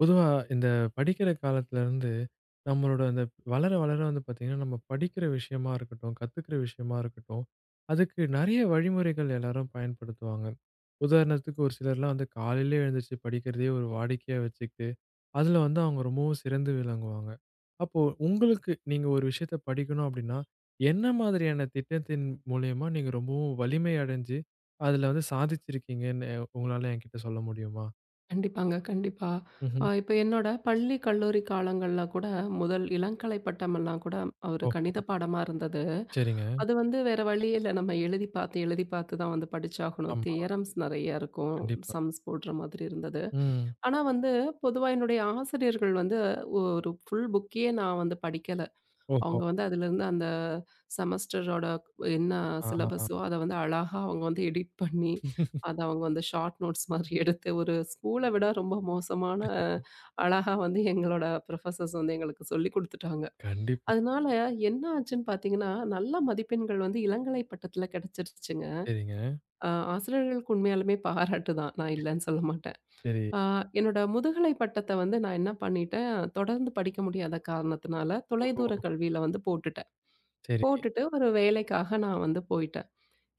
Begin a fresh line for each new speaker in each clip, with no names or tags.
பொதுவா இந்த படிக்கிற காலத்துல இருந்து, நம்மளோட அந்த வளர வளர வந்து பார்த்தீங்கன்னா, நம்ம படிக்கிற விஷயமா இருக்கட்டும், கத்துக்கிற விஷயமா இருக்கட்டும், அதுக்கு நெறைய வழிமுறைகள் எல்லாரும் பயன்படுத்துவாங்க. உதாரணத்துக்கு ஒரு சிலர்லாம் வந்து காலையிலயே எழுந்திருச்சு படிக்கிறதையே ஒரு வாடிக்கையா வச்சுக்கிட்டு, அதுல வந்து அவங்க ரொம்பவும் சிறந்து விளங்குவாங்க. அப்போ உங்களுக்கு நீங்க ஒரு விஷயத்த படிக்கணும் அப்படின்னா, என்ன மாதிரியான திட்டத்தின் மூலியமா நீங்க ரொம்பவும் வலிமை அடைஞ்சு, அதுல வந்து சாதிச்சிருக்கீங்கன்னு உங்களால என்கிட்ட சொல்ல முடியுமா?
கண்டிப்பாங்க, கண்டிப்பா.
ம்ஹ்ம்.
இப்ப என்னோட பள்ளி, கல்லூரி காலங்கள்ல கூட முதல் இளங்கலை பட்டமெல்லாம் கூட ஒரு
ஓஹோ!
கணித பாடமா இருந்தது.
சரிங்க.
அது வந்து வேற வழி இல்ல. நம்ம எழுதி பார்த்து, எழுதி பார்த்து தான் வந்து படிச்சாகணும்.
ஆமா.
தியரம்ஸ் நெறைய இருக்கும்.
கண்டிப்பா.
சம்ஸ் போடுற மாதிரி இருந்தது.
ம்.
ஆனா வந்து பொதுவா என்னுடைய ஆசிரியர்கள் வந்து ஒரு ஃபுல் புக்கயே நான் வந்து படிக்கல.
ஓஹோ!
அவங்க வந்து அதுலேருந்து அந்த செமஸ்டரோட என்ன
ஆ
சிலபஸோ அத வந்து அழகா அவங்க வந்து எடிட் பண்ணி, அத அவங்க வந்து ஷார்ட் நோட்ஸ் மாதிரி எடுத்து ஒரு ஸ்கூல விட ரொம்ப மோசமான அழகா வந்து எங்களோட புரொஃபசர்ஸ் வந்து எங்களுக்கு சொல்லிக் குடுத்துட்டாங்க.
கண்டிப்பா.
அதனால என்ன ஆச்சுன்னு பார்த்தீங்கன்னா, நல்ல மதிப்பெண்கள் வந்து இளங்கலை பட்டத்தில கிடைச்சிருச்சுங்க.
சரிங்க.
அ ஆசிரியர்களுக்கு உண்மையாலுமே பாராட்டு தான். நான் இல்லன்னு சொல்ல மாட்டேன்.
சரி.
அ என்னோட முதுகலை பட்டத்த வந்து நான் என்ன பண்ணிட்டேன், தொடர்ந்து படிக்க முடியாத காரணத்தினால
ஓஹோ!
தொலைதூர கல்வியில வந்து போட்டுட்டேன்.
சரி.
போட்டுட்டு ஒரு வேலைக்காக நான் வந்து போயிட்டேன்.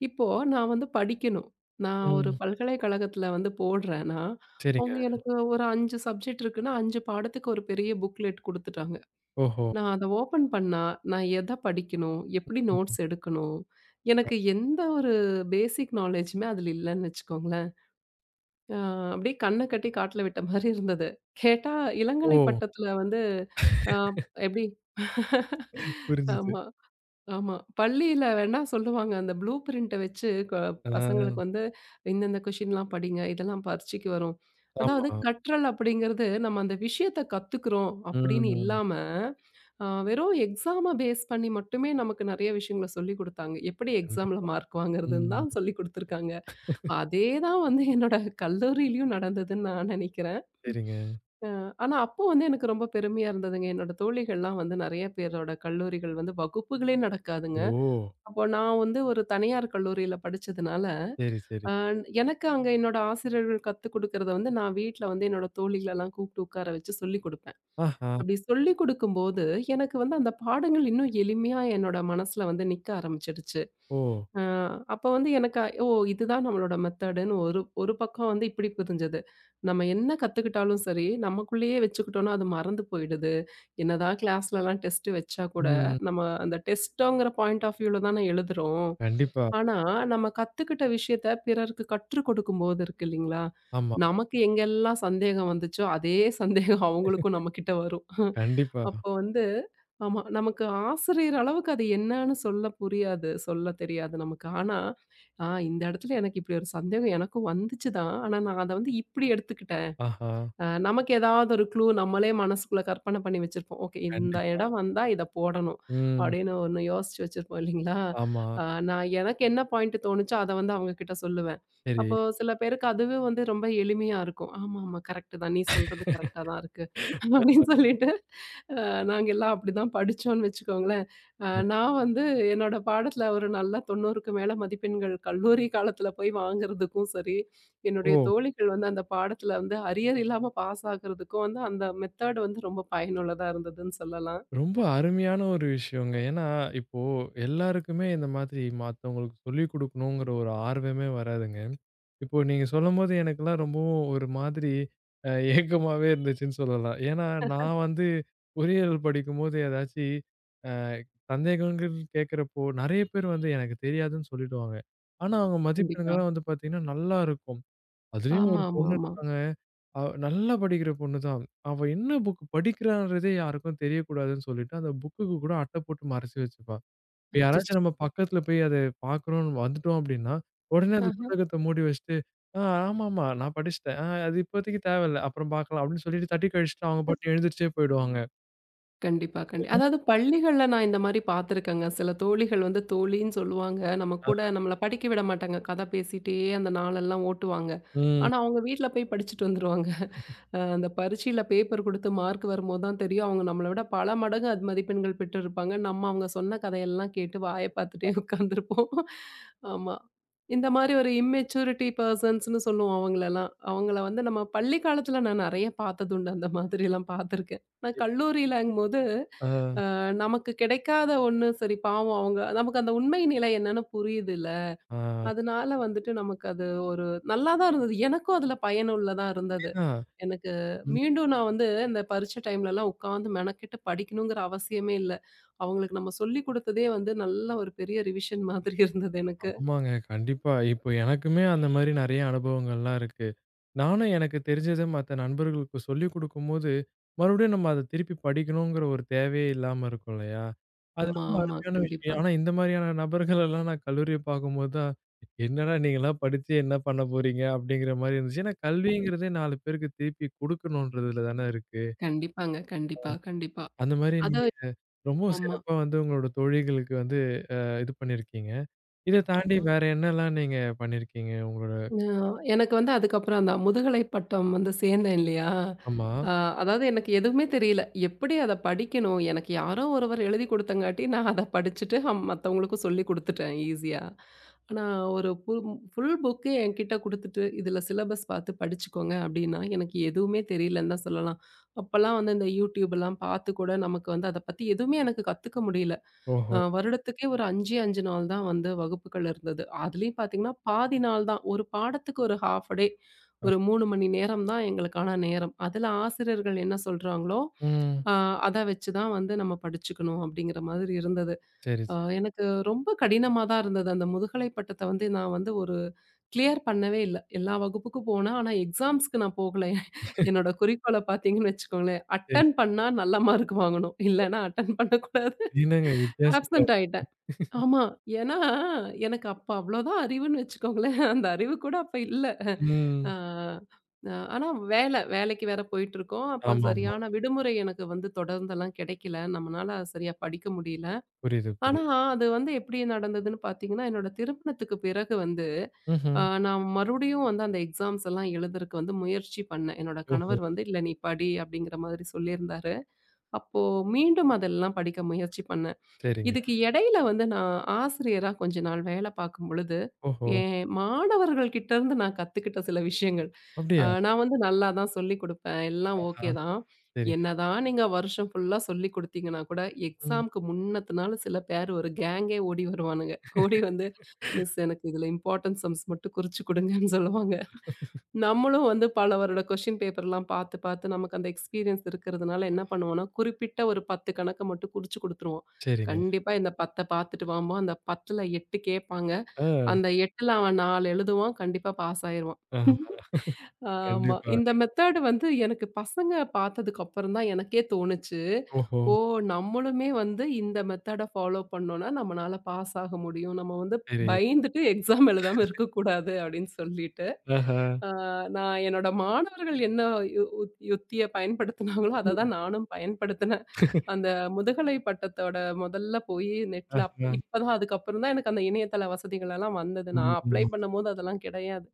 இப்போ நான் வந்து படிக்கணும். நான் ஒரு
ம்.
பல்கலைக்கழகத்தில வந்து போடுறேன்னா,
சரிங்க.
அவங்க எனக்கு ஒரு 5 சப்ஜெக்ட் இருக்குன்னா, 5 பாடத்துக்கு ஒரு பெரிய புக்லெட் குடுத்துட்டாங்க.
ஓஹோ!
நான் அத ஓப்பன் பண்ணா, நான் எத படிக்கணும்? எப்படி நோட்ஸ்
ம்.
எடுக்கணும்? எனக்கு எந்த ஒரு பேசிக் நாலேஜுமே அதில இல்லன்னு வச்சுக்கோங்களேன். அ அப்படியே கண்ண கட்டி காட்டுல விட்ட மாரி இருந்தது. கேட்டா
ஓ!
இளங்கலை பட்டத்தில வந்து அ எப்படி?
புரிஞ்சுது.
ஆமா. ஆமா. பள்ளியில வேணா சொல்லுவாங்க. அந்த ப்ளூ பிரிண்ட்ட வச்சு க
ஆ
பசங்களுக்கு வந்து இந்தந்த கொஷின்லாம் படிங்க. இதெல்லாம் பரீட்சைக்கு வரும்.
ஆமா.
அதாவது கற்றல் அப்படிங்கிறது நம்ம அந்த விஷயத்த கத்துக்கிறோம் அப்படின்னு
ம்.
இல்லாம, வெறும் எக்ஸாம பேஸ் பண்ணி மட்டுமே நமக்கு நெறைய விஷயங்கள சொல்லிக் குடுத்தாங்க. எப்படி எக்ஸாம்ல
கண்டிப்பா.
மார்க் வாங்குறதுன்னு
ம்.
தான் சொல்லிக் குடுத்துருக்காங்க. அதே தான் வந்து என்னோட கல்லூரியிலயும் நடந்ததுன்னு நான் நெனைக்கிறேன்.
சரிங்க.
அ ஆனா அப்போ வந்து எனக்கு ரொம்ப பெருமையா இருந்ததுங்க. என்னோட தோழிகள்லாம் வந்து நெறைய பேரோட கல்லூரிகள் வந்து வகுப்புகளே நடக்காதுங்க.
ஓ!
அப்போ நான் வந்து ஒரு தனியார் கல்லூரியில படிச்சதுனால,
சரி, சரி.
அ எனக்கு அங்க என்னோட ஆசிரியர்கள் கத்துக் குடுக்கறத வந்து நான் வீட்ல வந்து என்னோட தோழிகளலாம் கூப்பிட்டு உட்கார வச்சு சொல்லிக் குடுப்பேன்.
ஆஹா!
அப்படி சொல்லிக் குடுக்கும்போது, எனக்கு வந்து அந்த பாடங்கள் இன்னும் எளிமையா என்னோட மனசுல வந்து நிக்க ஆரம்பிச்சிடுச்சு.
ஓ!
அ அப்ப வந்து எனக்கு ஓ! இதுதான் நம்மளோட மெத்தடுன்னு ஒரு ஒரு பக்கம் வந்து இப்படி புரிஞ்சது. நம்ம என்ன கத்துக்கிட்டாலும் சரி, நமக்குள்ளேயே வச்சுக்கிட்டோம்னா அது மறந்து போயிடுது. என்னதான் கிளாஸ்லலாம் டெஸ்ட் வச்சா கூட,
ம்.
நம்ம அந்த டெஸ்ட்டோங்கிற பாயிண்ட் ஆஃப் வியூல தான எழுதுறோம்.
கண்டிப்பா.
ஆனா, நம்ம கத்துக்கிட்ட விஷயத்த பிறருக்கு கற்றுக் கொடுக்கும்போது இருக்கு இல்லைங்களா,
ஆமா.
நமக்கு எங்கெல்லாம் சந்தேகம் வந்துச்சோ, அதே சந்தேகம் அவங்களுக்கும் நம்மகிட்ட வரும்.
கண்டிப்பா.
அப்போ வந்து ஆமா. நமக்கு ஆசிரியர் அளவுக்கு அது என்னான்னு சொல்ல புரியாது. சொல்ல தெரியாது நமக்கு. ஆனா, இந்த இடத்துல எனக்கு இப்படி ஒரு சந்தேகம் எனக்கும் வந்துச்சு தான். ஆனா நான் அத வந்து இப்படி எடுத்துக்கிட்டேன்.
ஆஹா!
நமக்கு ஏதாவது ஒரு க்ளூ நம்மளே மனசுக்குள்ள கற்பனை பண்ணி வச்சிருப்போம். ஓகே, இந்த
கண்டிப்பா.
இடம் வந்தா இத போடணும்.
ம்.
அப்படின்னு ஒண்ணு யோசிச்சு வச்சிருப்போம் இல்லைங்களா?
ஆமா.
அ நான் எனக்கு என்ன பாயிண்ட் தோணுச்சோ அத வந்து அவங்க கிட்ட சொல்லுவேன்.
சரி.
அப்போ சில பேருக்கு அதுவே வந்து ரொம்ப எளிமையா இருக்கும். ஆமாமா, கரெக்ட் தான். நீ சொல்றது கரெக்ட்டா தான் இருக்கு. அப்படின்னு சொல்லிட்டு அ நாங்க எல்லாம் அப்படிதான் படிச்சோம்னு வச்சுக்கோங்களேன். நான் வந்து என்னோட பாடத்துல ஒரு நல்ல 90க்கு மேல மதிப்பெண்கள் கல்லூரி காலத்துல போய் வாங்குறதுக்கும் சரி, என்னுடைய
ஓ!
தோழிகள் வந்து அந்த பாடத்துல வந்து அரியர் இல்லாம பாஸ் ஆகுறதுக்கும் வந்து அந்த மெத்தட் வந்து ரொம்ப பயனுள்ளதா இருந்ததுன்னு சொல்லலாம்.
ரொம்ப அருமையான ஒரு விஷயங்க. ஏன்னா, இப்போ எல்லாருக்குமே இந்த மாதிரி மத்தவங்களுக்கு சொல்லிக் குடுக்கணுங்கிற ஒரு ஆர்வமே வராதுங்க. இப்போ நீங்க சொல்லும்போது எனக்கெல்லாம் ரொம்பவும் ஒரு மாதிரி ஏக்கமாவே இருந்துச்சுன்னு சொல்லலாம். ஏன்னா, நான் வந்து பொறியியல் படிக்கும்போது ஏதாச்சு அ சந்தேகங்கள் கேட்கிறப்போ, நெறைய பேர் வந்து எனக்கு தெரியாதுன்னு சொல்லிடுவாங்க. ஆனா, அவங்க
கண்டிப்பா.
மதிப்பெண்கள்லாம் வந்து பார்த்தீங்கன்னா நல்லா இருக்கும். அதுலயும்
ஆமா,
ஒரு
ஆமா,
பொண்ணு
ஆமா.
இருக்காங்க. அவ நல்லா படிக்கிற பொண்ணு தான். அவ என்ன புக் படிக்கிறான்றதே யாருக்கும் தெரியக்கூடாதுன்னு சொல்லிட்டு, அந்த புக்குக்கு கூட அட்டை போட்டு மறைச்சு வச்சுப்பா. இப்ப யாராச்சும்
அச்சச்சோ!
நம்ம பக்கத்துல போய் அத பார்க்குறோம்னு வந்துட்டோம் அப்படின்னா, உடனே அந்த புத்தகத்த மூடி வச்சுட்டு, "ஆ ஆமாமா நான் படிச்சுட்டேன். ஆ அது இப்போதைக்கு தேவையில்ல. அப்புறம் பார்க்கலாம்" அப்படின்னு சொல்லிட்டு தட்டி கழிச்சுட்டு அவங்க பாட்டுக்கு எழுந்திரிச்சே போயிடுவாங்க.
கண்டிப்பா, கண்டி அதாவது பள்ளிகள்ல நான் இந்த மாரி பார்த்துருக்கேங்க. சில தோழிகள் வந்து தோழின்னு சொல்லுவாங்க. நம்ம
ஆ.
கூட நம்மள படிக்க விட மாட்டாங்க. கதை பேசிட்டே அந்த நாளெல்லாம் ஓட்டுவாங்க.
ம்.
ஆனா, அவங்க வீட்ல போய் படிச்சுட்டு வந்துருவாங்க. அந்த பரீட்சையில பேப்பர் குடுத்து மார்க் வரும்போது தான் தெரியும். அவங்க நம்மள விட பல மடங்கு அது மதிப்பெண்கள் பெற்றிருப்பாங்க. நம்ம அவங்க சொன்ன கதையெல்லாம் கேட்டு வாய பார்த்துட்டே உட்காந்துருப்போம். ஆமா. இந்த மாரி ஒரு இம்மெச்சூரிட்டி பெர்சன்ஸ்ன்னு சொல்லுவோம் அவங்களலாம். அவங்கள வந்து நம்ம பள்ளி காலத்துல நான் நெறைய பார்த்ததுண்டு. அந்த மாதிரிலாம் பார்த்துருக்கேன். நான்
அப்டி.
கல்லூரியிலங்கும்போது,
ஆ.
நமக்கு கிடைக்காத ஒண்ணு சரி, பாவம் அவங்க, நமக்கு அந்த உண்மை நிலை என்னன்னு புரியுதுல்ல.
ஆ.
அதனால வந்துட்டு நமக்கு அது ஒரு நல்லா தான் இருந்தது. எனக்கும் அதுல பயனுள்ளதா இருந்தது.
அதேதான்.
எனக்கு மீண்டும் நான் வந்து இந்த பரீட்சை டைம்லலாம் உட்காந்து மெனக்கெட்டு படிக்கணுங்கிற அவசியமே இல்ல. அவங்களுக்கு நம்ம சொல்லிக் குடுத்ததே வந்து நல்ல ஒரு பெரிய ரிவிஷன் மாதிரி இருந்தது எனக்கு.
ஆமாங்க. கண்டிப்பா. இப்போ எனக்குமே அந்த மாரி நெறைய அனுபவங்கள்லாம் இருக்கு. நானும் எனக்கு தெரிஞ்சத மத்த நண்பர்களுக்கு சொல்லிக் குடுக்கும்போது, மறுபடியும் நம்ம அத திருப்பி படிக்கணுங்கிற ஒரு தேவையே இல்லாம இருக்கும் இல்லையா? அது
ஆமா,
ரொம்ப
ஆமா.
அருமையான
கண்டிப்பா.
விஷயம். ஆனா இந்த மாரியான நபர்களெல்லாம் நான் கல்லூரிய பார்க்கும்போது தான், "என்னடா நீங்கலாம் படிச்சு என்ன பண்ண போறீங்க?" அப்படிங்கிற மாரி இருந்துச்சு. ஏன்னா கல்விங்கிறதே 4 பேருக்கு திருப்பி குடுக்கணுன்றதுல தானே இருக்கு.
கண்டிப்பாங்க. கண்டிப்பா, கண்டிப்பா.
அந்த மாரி
அத
நீங்க ரொம்பவும்
ஆமா,
சிறப்பா வந்து உங்களோட தோழிகளுக்கு வந்து இது பண்ணியிருக்கீங்க. இத தாண்டி
ஆமா.
வேற என்னலாம் நீங்க பண்ணியிருக்கீங்க? உங்களோட
அ எனக்கு வந்து அதுக்கப்புறம் அந்த முதுகலை பட்டம் வந்து சேர்ந்தேன் இல்லையா?
ஆமா.
அ அதாவது எனக்கு எதுவுமே தெரியல. எப்படி அத படிக்கணும்? எனக்கு யாரோ ஒருவர் எழுதி குடுத்தங்காட்டி, நான் அத படிச்சுட்டு மத்தவங்களுக்கும் சொல்லிக் குடுத்துட்டேன் ஈஸியா. ஆனா ஒரு புல் ஃபுல் புக்கே என்கிட்ட குடுத்துட்டு, "இதுல சிலபஸ் பார்த்து படிச்சுக்கோங்க" அப்படின்னா, எனக்கு எதுவுமே தெரியலன்னு தான் சொல்லலாம். அப்பலாம் வந்து இந்த YouTubeலாம் பார்த்து கூட நமக்கு வந்து அத பத்தி எதுவுமே எனக்கு கத்துக்க முடியல.
ஓஹோ!
வருடத்துக்கே ஒரு 5 நாள் தான் வந்து வகுப்புகள் இருந்தது. அதுலயும் பார்த்தீங்கன்னா, பாதி நாள் தான். ஒரு பாடத்துக்கு ஒரு ஹால்ஃப் டே ஒரு 3 மணி நேரம் தான் எங்களுக்கான நேரம். அதுல ஆசிரியர்கள் என்ன சொல்றாங்களோ,
ம்.
அ அத வச்சு தான் வந்து நம்ம படிச்சுக்கணும் அப்படிங்கிற மாதிரி இருந்தது.
சரி, சரி,
எனக்கு ரொம்ப கடினமா தான் இருந்தது. அந்த முதுகலை பட்டத்த வந்து நான் வந்து ஒரு கிளியர் பண்ணவே இல்ல. எல்லா வகுப்புக்கும் போனேன். ஆனா எக்ஸாம்ஸ்க்கு நான் போகல. என்னோட குறிக்கோள பார்த்தீங்கன்னு வச்சுக்கோங்களேன்,
சரி.
அட்டெண்ட் பண்ணா நல்ல மார்க் வாங்கணும். இல்லன்னா அட்டெண்ட் பண்ணக்கூடாது.
திடீர்னுங்க வித்தியாசமா
ஆப்சென்ட்
இருக்கு.
ஆயிட்டேன். ஆமா. ஏன்னா, எனக்கு அப்ப அவ்வளோதான் அறிவுன்னு வச்சுக்கோங்களேன். அந்த அறிவு கூட அப்ப இல்ல.
ம்.
ஆ அ ஆனா வேலைக்கு வேற போயிட்டுருக்கோம். அப்ப
ஆமாமா.
சரியான விடுமுறை எனக்கு வந்து தொடர்ந்தெல்லாம் கிடைக்கல. நம்மனால சரியா படிக்க முடியல.
புரியுது,
ஆனா,
புரியுது.
அது வந்து எப்படி நடந்ததுன்னு பார்த்தீங்கன்னா, என்னோட திருமணத்துக்கு பிறகு வந்து,
ம்ஹ்ம்.
நான் மறுபடியும் வந்து அந்த எக்ஸாம்ஸ் எல்லாம் எழுதுறக்கு வந்து முயற்சி பண்ணேன். என்னோட
ஓஹோ!
கணவர் வந்து, "இல்ல, நீ படி" அப்படிங்கிற மாதிரி சொல்லியிருந்தாரு. அப்போ மீண்டும் அதெல்லாம் படிக்க முயற்சி பண்ணேன்.
சரிங்க.
இதுக்கு இடையில வந்து நான் ஆசிரியரா கொஞ்ச நாள் வேலை பார்க்கும் பொழுது,
ஓஹோ!
என் மாணவர்கள் கிட்ட இருந்து நான் கத்துக்கிட்ட சில விஷயங்கள்.
அப்படியா?
நான் வந்து நல்லா தான் சொல்லிக் குடுப்பேன். எல்லாம்
ஆஹா!
ஓகே தான்.
சரிங்க.
என்னதான் நீங்க வருஷம் ஃபுல்லா சொல்லிக் குடுத்தீங்கன்னா கூட,
ம்.
எக்ஸாம்க்கு முன்னத்த நாள் சில பேர் ஒரு கேங்கே ஓடி வருவானுங்க. ஓடி வந்து, "மிஸ், எனக்கு இதுல இம்பார்ட்டன்ட் சம்ஸ் மட்டும் குறிச்சு குடுங்கன்னு" சொல்லுவாங்க. நம்மளும் வந்து பலவரோட கொஸ்டின் பேப்பர்லாம் பார்த்து, பார்த்து நமக்கு அந்த எக்ஸ்பீரியன்ஸ் இருக்கிறதுனால என்ன பண்ணுவோம்னா, குறிப்பிட்ட ஒரு 10 கணக்க மட்டும் குறிச்சு குடுத்துருவோம்.
சரிங்க.
கண்டிப்பா இந்த 10 பார்த்துட்டு வாம்போம். அந்த 10ல 8 கேட்பாங்க.
ஆ.
அந்த 8ல அவன் 4 எழுதுவான். கண்டிப்பா பாஸ் ஆயிருவான்.
ஆஹா.
ஆமா. இந்த
கண்டிப்பாங்க.
மெத்தேடு வந்து எனக்கு பசங்க பார்த்ததுக்கு அப்புறம் தான் எனக்கே தோணுச்சு.
ஓஹோ!
ஓ! நம்மளுமே வந்து இந்த மெத்தேட ஃபாலோ பண்ணோம்னா, நம்மனால பாஸ் ஆக முடியும். நம்ம வந்து
சரி.
பயந்துட்டு எக்ஸாம் எழுதாம இருக்கக்கூடாது அப்படின்னு சொல்லிட்டு,
ஆஹா.
ஆ நான் என்னோட மாணவர்கள் என்ன யு உத் யுத்திய பயன்படுத்தினாங்களோ, அத
ம்.
தான் நானும் பயன்படுத்தினேன். அந்த முதுகலை பட்டத்தோட முதல்ல போய் நெட்ல
ஆஹா.
இப்பதான் அதுக்கப்புறம் தான் எனக்கு அந்த இணையதள வசதிகள் எல்லாம் வந்தது. நான்
ம்,
அப்ளை
ம்.
பண்ணும்போது அதெல்லாம் கிடையாது.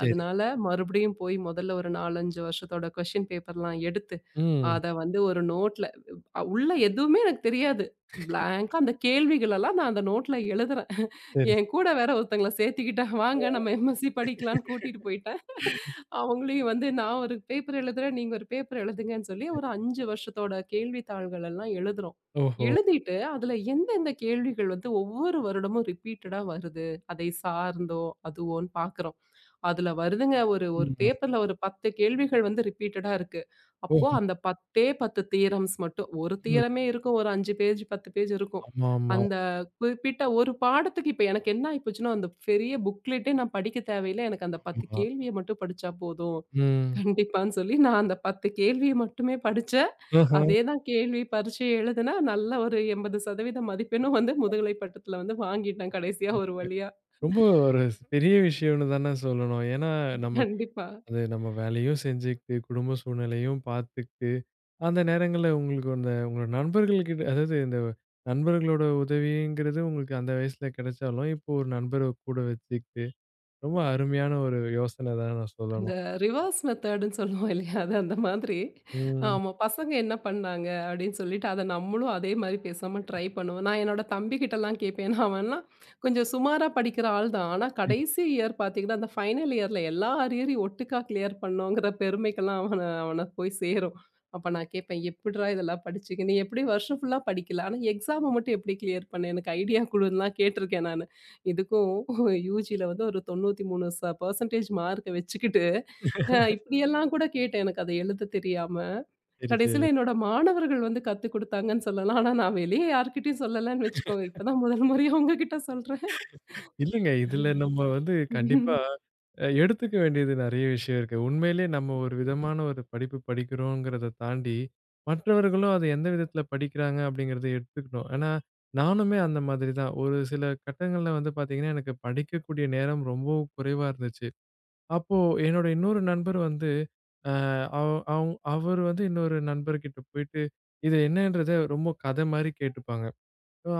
சரிங்க.
அதனால மறுபடியும் போய் முதல்ல ஒரு 4, 5 வருஷத்தோட கொஸ்டின் பேப்பர்லாம் எடுத்து,
ம்.
அத வந்து ஒரு நோட்ல உள்ள எதுவுமே எனக்கு தெரியாது. பிளாங்கா அந்த கேள்விகளெல்லாம் நான் அந்த நோட்ல எழுதுறேன்.
சரி.
என் கூட வேற ஒருத்தங்கள சேர்த்துக்கிட்டேன். வாங்க நம்ம எம்எஸ்சி படிக்கலான்னு கூட்டிட்டு போயிட்டேன். அவங்களையும் வந்து நான் ஒரு பேப்பர் எழுதுறேன், நீங்க ஒரு பேப்பர் எழுதுங்கன்னு சொல்லி ஒரு 5 வருஷத்தோட கேள்வித்தாள்கள் எல்லாம் எழுதுறோம்.
ஓஹோ!
எழுதிட்டு அதுல எந்தெந்த கேள்விகள் வந்து ஒவ்வொரு வருடமும் ரிப்பீட்டடா வருது, அதை சார்ந்தோ அதுவோன்னு பார்க்குறோம். அதுல வருதுங்க ஒரு ஒரு
ம்.
பேப்பர்ல ஒரு 10 கேள்விகள் வந்து ரிப்பீட்டடா இருக்கு. அப்போ
ஓஹோ!
அந்த 10ஏ 10 தியரம்ஸ் மட்டும். ஒரு
ம்.
தியரமே இருக்கும். ஒரு 5 பேஜ் 10 பேஜ் இருக்கும்.
ஆமாமா,
அந்த குறிப்பிட்ட ஒரு பாடத்துக்கு இப்ப எனக்கு என்ன ஆயி போச்சுன்னா, அந்த பெரிய புக்லெட்டே நான் படிக்க தேவையில்ல. எனக்கு அந்த 10
ஆமா.
கேள்விய மட்டும் படிச்சா போதும்.
ம்.
கண்டிப்பான்னு சொல்லி நான் அந்த 10 கேள்விய மட்டுமே படிச்சேன்.
ஆஹா.
அதே தான் கேள்வி பரீட்சை எழுதுனேன். நல்ல ஒரு 80% மதிப்பெண்ணும் வந்து முதுகலை பட்டத்துல வந்து வாங்கிட்டேன் கடைசியா ஒரு வழியா.
ரொம்ப ஒரு பெரிய விஷயம்னு தானே சொல்லணும். ஏன்னா, நமக்கு
கண்டிப்பா.
அது நம்ம வேலையும் செஞ்சுக்கிட்டு, குடும்ப சூழ்நிலையும் பார்த்துக்கிட்டு, அந்த நேரங்கள்ல உங்களுக்கு அந்த உங்க நண்பர்கள் கிட்ட அதாவது இந்த நண்பர்களோட உதவிங்கிறது உங்களுக்கு அந்த வயசுல கிடைச்சாலும், இப்போ ஒரு நண்பர கூட வச்சுக்கிட்டு, ரொம்ப அருமையான ஒரு யோசனை தான் நான்
அந்த
சொல்லணும்.
ரிவர்ஸ் மெத்தடுன்னு சொல்லுவோம் இல்லையா? அது அந்த மாதிரி.
ம்.
ஆமா. பசங்க என்ன பண்ணாங்க அப்படின்னு சொல்லிட்டு, அத நம்மளும் அதே மாரி பேசாம ட்ரை பண்ணுவோம். நான் என்னோட தம்பிகிட்டலாம் கேட்பேன். ஏன்னா அவன்லாம் கொஞ்சம் சுமாரா படிக்கிற ஆள் தான். ஆனா
சரி,
கடைசி இயர் பார்த்தீங்கன்னா, அந்த ஃபைனல் இயர்ல எல்லா அரியரையும் ஒட்டுக்கா கிளியர் பண்ணோங்கிற பெருமைக்கெல்லாம் அவன அவன போய் சேரும். அப்ப நான் கேட்பேன், "எப்புட்றா இதெல்லாம் படிச்சீங்க? நீ எப்படி வருஷம் ஃபுல்லா படிக்கல? ஆனா எக்ஸாம மட்டும் எப்படி கிளியர் பண்ண? எனக்கு ஐடியா குடுன்லாம்" கேட்டிருக்கேன் நானு. இதுக்கும் யூஜில வந்து ஒரு 93 பெர்சென்டேஜ் மார்க்க வச்சுக்கிட்டு, இப்படியெல்லாம் கூட கேட்டேன். எனக்கு அத எழுத தெரியாம.
சரி, சரி.
கடைசில என்னோட மாணவர்கள் வந்து கத்துக் குடுத்தாங்கன்னு சொல்லலாம். ஆனா நான் வெளிய யார்கிட்டயும் சொல்லலன்னு வச்சுக்கோங்க. இப்ப தான் முதல் முறையா உங்ககிட்ட சொல்றேன்.
இல்லங்க, இதுல நம்ம வந்து
உம்
கண்டிப்பா எடுத்துக்க வேண்டியது நெறைய விஷயம் இருக்கு. உண்மையிலேயே நம்ம ஒரு விதமான ஒரு படிப்பு படிக்கிறோங்கிறத தாண்டி, மற்றவர்களும் அத எந்த விதத்தில படிக்கிறாங்க அப்படிங்கிறத எடுத்துக்கணும். ஏன்னா, நானுமே அந்த மாதிரி தான். ஒரு சில கட்டங்கள்ல வந்து பார்த்தீங்கன்னா, எனக்கு படிக்கக்கூடிய நேரம் ரொம்பவும் குறைவா இருந்துச்சு. அப்போ என்னோட இன்னொரு நண்பர் வந்து, அ அவ் அவ் அவர் வந்து இன்னொரு நண்பர்கிட்ட போயிட்டு, இது என்னன்றத ரொம்ப கதை மாரி கேட்டுப்பாங்க.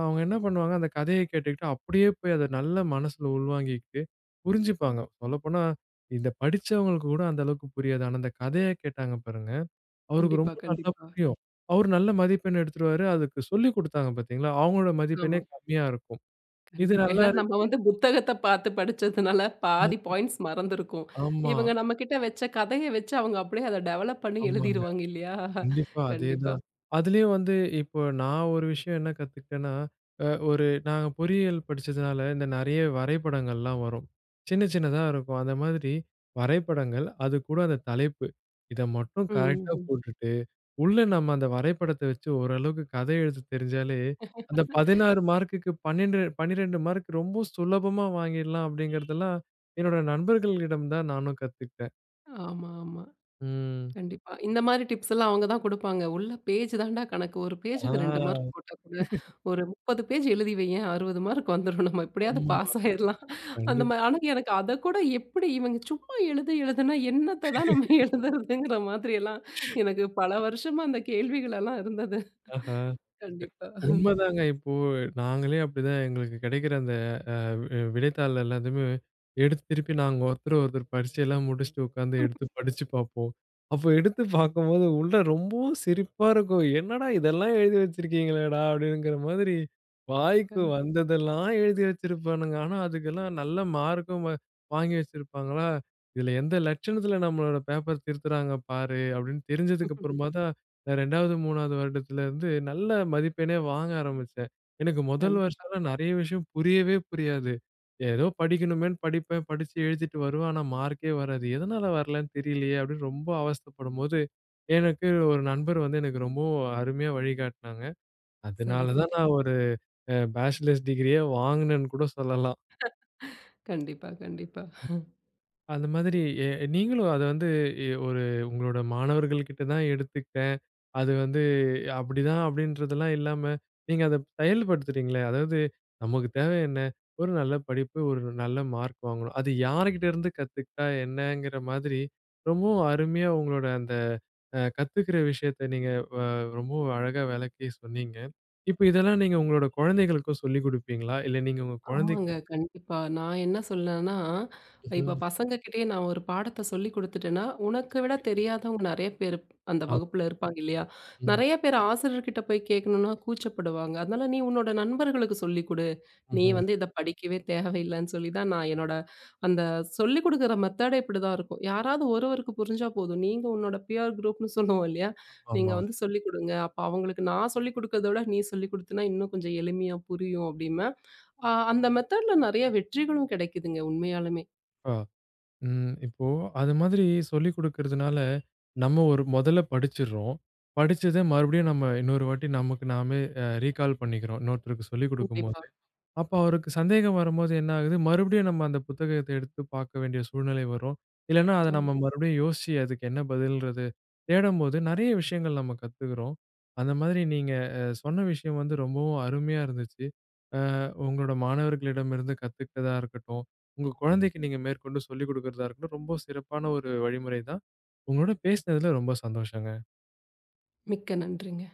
அவங்க என்ன பண்ணுவாங்க, அந்த கதைய கேட்டுக்கிட்டு அப்படியே போய் அத நல்ல மனசுல உள்வாங்கிக்கிட்டு புரிஞ்சுப்பாங்க. சொல்லப்போனா, இத படிச்சவங்களுக்கு கூட அந்த அளவுக்கு புரியாது. ஆனா, அந்த கதைய கேட்டாங்க பாருங்க, அவருக்கு
கண்டிப்பா,
ரொம்ப நல்லா
கண்டிப்பா.
புரியும். அவரு நல்ல மதிப்பெண் எடுத்துருவாரு. அதுக்கு சொல்லிக் குடுத்தாங்க பாத்தீங்களா, அவங்களோட
ஆமா.
மதிப்பெண்ணே கம்மியா இருக்கும். இது
கண்டிப்பா.
நல்லா
ஏன்னா நம்ம
இருக்கு.
வந்து புத்தகத்த பார்த்து படிச்சதுனால பாதி பாயிண்ட்ஸ் மறந்திருக்கும்.
ஆமா,
இவங்க நம்மகிட்ட வச்ச கதைய வச்சு அவங்க அப்படியே அத டெவலப் பண்ணி
ஆமாங்க.
எழுதிருவாங்க இல்லையா?
கண்டிப்பா.
கண்டிப்பா.
அதேதான். அதுலயும் வந்து இப்போ நான் ஒரு விஷயம் என்ன கத்துக்கிட்டேன்னா, ஒரு நாங்க பொறியியல் படிச்சதுனால இந்த நெறைய வரைபடங்கள்லாம் வரும். சின்ன சின்னதா இருக்கும். அந்த மாதிரி வரைபடங்கள், அது கூட அந்த தலைப்பு. இத மட்டும் கரெக்ட்டா
ம்.
போட்டுட்டு, உள்ள நம்ம அந்த வரைபடத்த வச்சு ஓரளவுக்கு கதை எழுத தெரிஞ்சாலே, அந்த 16 மார்க்குக்கு 12 மார்க் ரொம்ப சுலபமா வாங்கிடலாம் அப்படிங்கிறதெல்லாம், என்னோட நண்பர்களிடம் தான் நானும் கத்துக்கிட்டேன்.
ஆமா, ஆமா.
ம்.
கண்டிப்பா. இந்த மாரி டிப்ஸ் எல்லாம் அவங்க தான் குடுப்பாங்க. உள்ள பேஜ் தான்டா கணக்கு. ஒரு பேஜுக்கு 2
ஆ.
மார்க் போட்டா கூட, ஒரு 30 பேஜ் எழுதி வையேன் 60 மார்க் வந்துரும். நம்ம எப்படியாவது
ஆமா.
பாஸ் ஆயிரலாம். அந்த மாரி
கண்டிப்பா.
ஆனா எனக்கு அத கூட எப்படி இவங்க சும்மா எழுது எழுதுனா என்னத்த தான் நம்ம எழுதுறதுங்கிற மாதிரி எல்லாம் எனக்கு பல வருஷமா அந்த கேள்விகள் எல்லாம் இருந்தது.
ஆஹா.
கண்டிப்பா.
உண்மதாங்க. இப்போ நாங்களே அப்படிதான் எங்களுக்கு கிடைக்கிற அந்த விடைத்தாள் எல்லாத்தையுமே எடுத்து திருப்பி நாங்க ஒருத்தர் ஒருத்தர் பரீட்சையெல்லாம் முடிச்சுட்டு உட்காந்து எடுத்து படிச்சு பார்ப்போம். அப்போ எடுத்து பார்க்கும்போது உள்ள ரொம்பவும் சிரிப்பா இருக்கும். "என்னடா இதெல்லாம் எழுதி வச்சிருக்கீங்களேடா!" அப்படிங்கிற மாதிரி வாய்க்கு
கண்
வந்ததெல்லாம் எழுதி வச்சிருப்பானுங்க. ஆனா அதுக்கெல்லாம் நல்ல மார்க்கும் வாங்கி வச்சிருப்பாங்களா, "இதுல எந்த லட்சணத்துல நம்மளோட பேப்பர் திருத்துறாங்க பாரு" அப்படின்னு தெரிஞ்சதுக்கு அப்புறமா தான் நான் 2வது, 3வது வருடத்துல இருந்து நல்ல மதிப்பெண்ணே வாங்க ஆரம்பிச்சேன். எனக்கு முதல்
கண்
வருஷம்லாம் நெறைய விஷயம் புரியவே புரியாது. ஏதோ படிக்கணுமேன்னு படிப்பேன். படிச்சு எழுதிட்டு வருவேன். ஆனா மார்க்கே வராது. எதனால வரலன்னு தெரியலையே! அப்படின்னு ரொம்ப அவஸ்தைப்படும்போது, எனக்கு ஒரு நண்பர் வந்து எனக்கு ரொம்பவும் அருமையா வழிகாட்டுனாங்க.
சரி,
அதனால தான்
சரி.
நான் ஒரு பேச்சுலர்ஸ் டிகிரியே வாங்கினேன்னு கூட சொல்லலாம்.
கண்டிப்பா, கண்டிப்பா.
அந்த மாதிரி நீங்களும் அத வந்து ஒரு உங்களோட மாணவர்கள் கிட்ட தான் எடுத்துக்கிட்டேன். அது வந்து அப்படிதான் அப்படின்றதெல்லாம் இல்லாம, நீங்க அத செயல்படுத்துறீங்களே, அதாவது நமக்கு தேவை என்ன? ஒரு நல்ல படிப்பு, ஒரு நல்ல மார்க் வாங்கணும். அது யார்கிட்ட இருந்து கத்துக்கிட்டா என்னங்கிற மாதிரி, ரொம்பவும் அருமையா உங்களோட அந்த கத்துக்கிற விஷயத்த நீங்க ரொம்பவும் அழகா விளக்கி சொன்னீங்க. இப்ப இதெல்லாம் நீங்க உங்களோட குழந்தைகளுக்கும் சொல்லிக் குடுப்பீங்களா? இல்ல நீங்க உங்க குழந்தைக்கு
ஆமாங்க. கண்டிப்பா. நான் என்ன சொல்றேன்னா, இப்ப
ம்ஹ்ம்.
பசங்ககிட்டயே நான் ஒரு பாடத்த சொல்லிக் குடுத்துட்டேன்னா, உனக்கு விட தெரியாதவங்க நெறைய பேர் அந்த
ஆ.
வகுப்புல இருப்பாங்க இல்லையா?
ம்.
நெறைய பேர் ஆசிரியர்கிட்ட போய் கேட்கணும்னா கூச்சப்படுவாங்க. அதனால நீ உன்னோட நண்பர்களுக்கு சொல்லிக் குடு. நீ
ம்ஹ்ம்.
வந்து இத படிக்கவே தேவையில்லன்னு சொல்லி தான் நான் என்னோட அந்த சொல்லிக் குடுக்குற மெத்தடே இப்படிதான் இருக்கும். யாராவது ஒருவருக்கு புரிஞ்சா போதும். நீங்க உன்னோட பியர் குரூப்னு சொல்லுவோம் இல்லையா? நீங்க
ஆமா.
வந்து சொல்லிக் குடுங்க. அப்ப அவங்களுக்கு நான் சொல்லிக் குடுக்கிறத விட நீ சொல்லிக் குடுத்தீன்னா இன்னும் கொஞ்சம் எளிமையா புரியும் அப்படிம்பேன். அந்த மெத்தட்ல நெறைய வெற்றிகளும் கிடைக்குதுங்க உண்மையாலுமே.
ஆ. ம். இப்போ அது மாதிரி சொல்லிக் குடுக்கிறதுனால, நம்ம ஒரு முதல்ல படிச்சிடுறோம். படிச்சத மறுபடியும் நம்ம இன்னொரு வாட்டி நமக்கு நாமே ரீகால் பண்ணிக்கிறோம். இன்னொருத்தருக்கு சொல்லிக்
கண்டிப்பா.
குடுக்கும்போது. அப்ப அவருக்கு சந்தேகம் வரும்போது என்ன ஆகுது, மறுபடியும் நம்ம அந்த புத்தகத்த எடுத்து பார்க்க வேண்டிய சூழ்நிலை வரும். இல்லன்னா, அத
ஆமா.
நம்ம ம். மறுபடியும் யோசிச்சு அதுக்கு என்ன பதில்ன்றது தேடும்போது நெறைய விஷயங்கள் நம்ம கத்துக்கிறோம். அந்த மாதிரி நீங்க சொன்ன விஷயம் வந்து ரொம்பவும் அருமையா இருந்துச்சு. அ உங்களோட மாணவர்களிடமிருந்து கத்துக்கிட்டதா இருக்கட்டும், உங்க குழந்தைக்கு நீங்க மேற்கொண்டு சொல்லிக் குடுக்கிறதா இருக்கட்டும், ரொம்ப சிறப்பான ஒரு வழிமுறை தான். உங்களோட பேசினதுல ரொம்ப சந்தோஷங்க.
மிக்க நன்றிங்க.